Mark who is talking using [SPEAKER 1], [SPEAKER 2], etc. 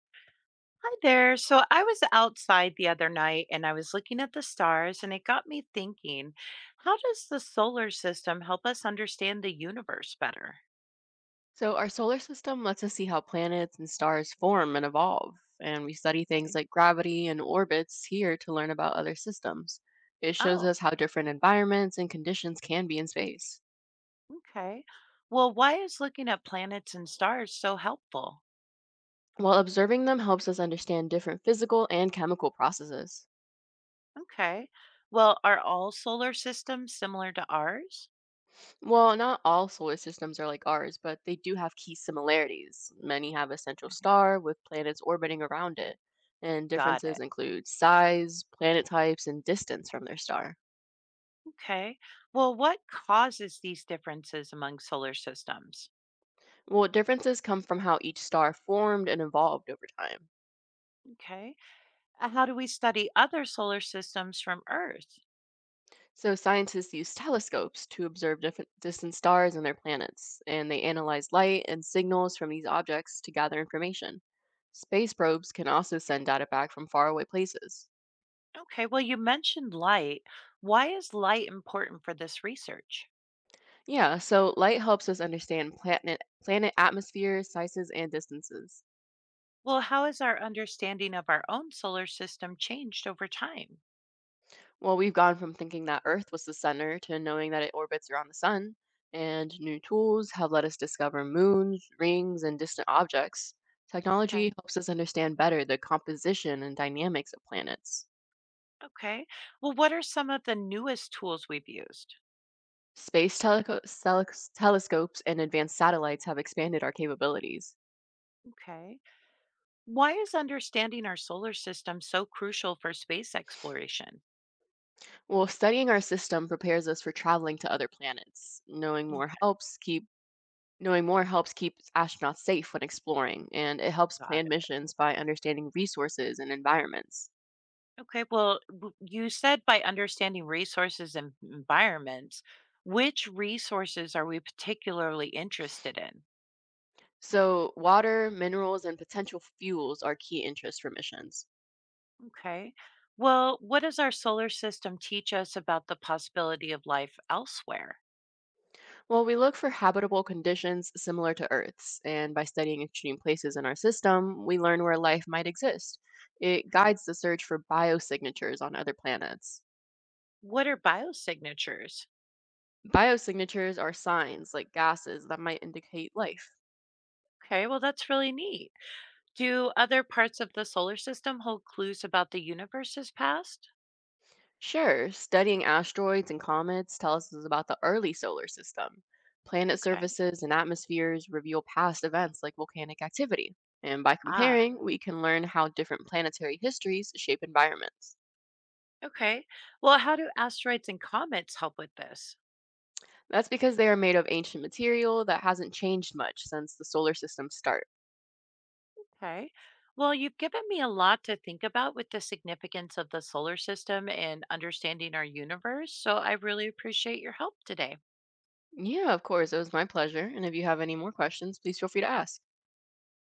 [SPEAKER 1] Hi there. So I was outside the other night and I was looking at the stars, and it got me thinking, how does the solar system help us understand the universe better?
[SPEAKER 2] So, our solar system lets us see how planets and stars form and evolve, and we study things
[SPEAKER 1] Okay.
[SPEAKER 2] like gravity and orbits here to learn about other systems. It shows
[SPEAKER 1] Oh,
[SPEAKER 2] us how different environments and conditions can be in space.
[SPEAKER 1] okay. Well, why is looking at planets and stars so helpful?
[SPEAKER 2] While observing them helps us understand different physical and chemical processes.
[SPEAKER 1] Okay. Well, are all solar systems similar to ours?
[SPEAKER 2] Well, not all solar systems are like ours, but they do have key similarities. Many have a central
[SPEAKER 1] Okay.
[SPEAKER 2] star with planets orbiting around it, and
[SPEAKER 1] Got it.
[SPEAKER 2] differences include size, planet types, and distance from their star.
[SPEAKER 1] Okay. Well, what causes these differences among solar systems?
[SPEAKER 2] Well, differences come from how each star formed and evolved over time.
[SPEAKER 1] Okay. How do we study other solar systems from Earth?
[SPEAKER 2] So, scientists use telescopes to observe different distant stars and their planets, and they analyze light and signals from these objects to gather information. Space probes can also send data back from faraway places.
[SPEAKER 1] Okay, well, you mentioned light. Why is light important for this research?
[SPEAKER 2] Yeah, so light helps us understand planet atmospheres, sizes, and distances.
[SPEAKER 1] Well, how has our understanding of our own solar system changed over time?
[SPEAKER 2] Well, we've gone from thinking that Earth was the center to knowing that it orbits around the sun, and new tools have let us discover moons, rings, and distant objects. Technology
[SPEAKER 1] Okay,
[SPEAKER 2] helps us understand better the composition and dynamics of planets.
[SPEAKER 1] okay. Well, what are some of the newest tools we've used?
[SPEAKER 2] Space teleco- sele- Telescopes and advanced satellites have expanded our capabilities.
[SPEAKER 1] Okay. Why is understanding our solar system so crucial for space exploration?
[SPEAKER 2] Well, studying our system prepares us for traveling to other planets.
[SPEAKER 1] Okay,
[SPEAKER 2] Knowing more helps keep astronauts safe when exploring, and it helps
[SPEAKER 1] got
[SPEAKER 2] plan
[SPEAKER 1] it.
[SPEAKER 2] missions by understanding resources and environments.
[SPEAKER 1] Okay, well, you said by understanding resources and environments, which resources are we particularly interested in?
[SPEAKER 2] So, water, minerals, and potential fuels are key interests for missions.
[SPEAKER 1] Okay. Well, what does our solar system teach us about the possibility of life elsewhere?
[SPEAKER 2] Well, we look for habitable conditions similar to Earth's, and by studying extreme places in our system, we learn where life might exist. It
[SPEAKER 1] Okay.
[SPEAKER 2] guides the search for biosignatures on other planets.
[SPEAKER 1] What are biosignatures?
[SPEAKER 2] Biosignatures are signs, like gases, that might indicate life.
[SPEAKER 1] Okay, well, that's really neat. Do other parts of the solar system hold clues about the universe's past?
[SPEAKER 2] Sure, studying asteroids and comets tells us about the early solar system. Planet
[SPEAKER 1] Okay.
[SPEAKER 2] surfaces and atmospheres reveal past events like volcanic activity. And by
[SPEAKER 1] Ah,
[SPEAKER 2] comparing, we can learn how different planetary histories shape environments.
[SPEAKER 1] okay. Well, how do asteroids and comets help with this?
[SPEAKER 2] That's because they are made of ancient material that hasn't changed much since the solar system's start.
[SPEAKER 1] Okay. Well, you've given me a lot to think about with the significance of the solar system and understanding our universe. So I really appreciate your help today.
[SPEAKER 2] Yeah, of course, it was my pleasure. And if you have any more questions, please feel free to ask.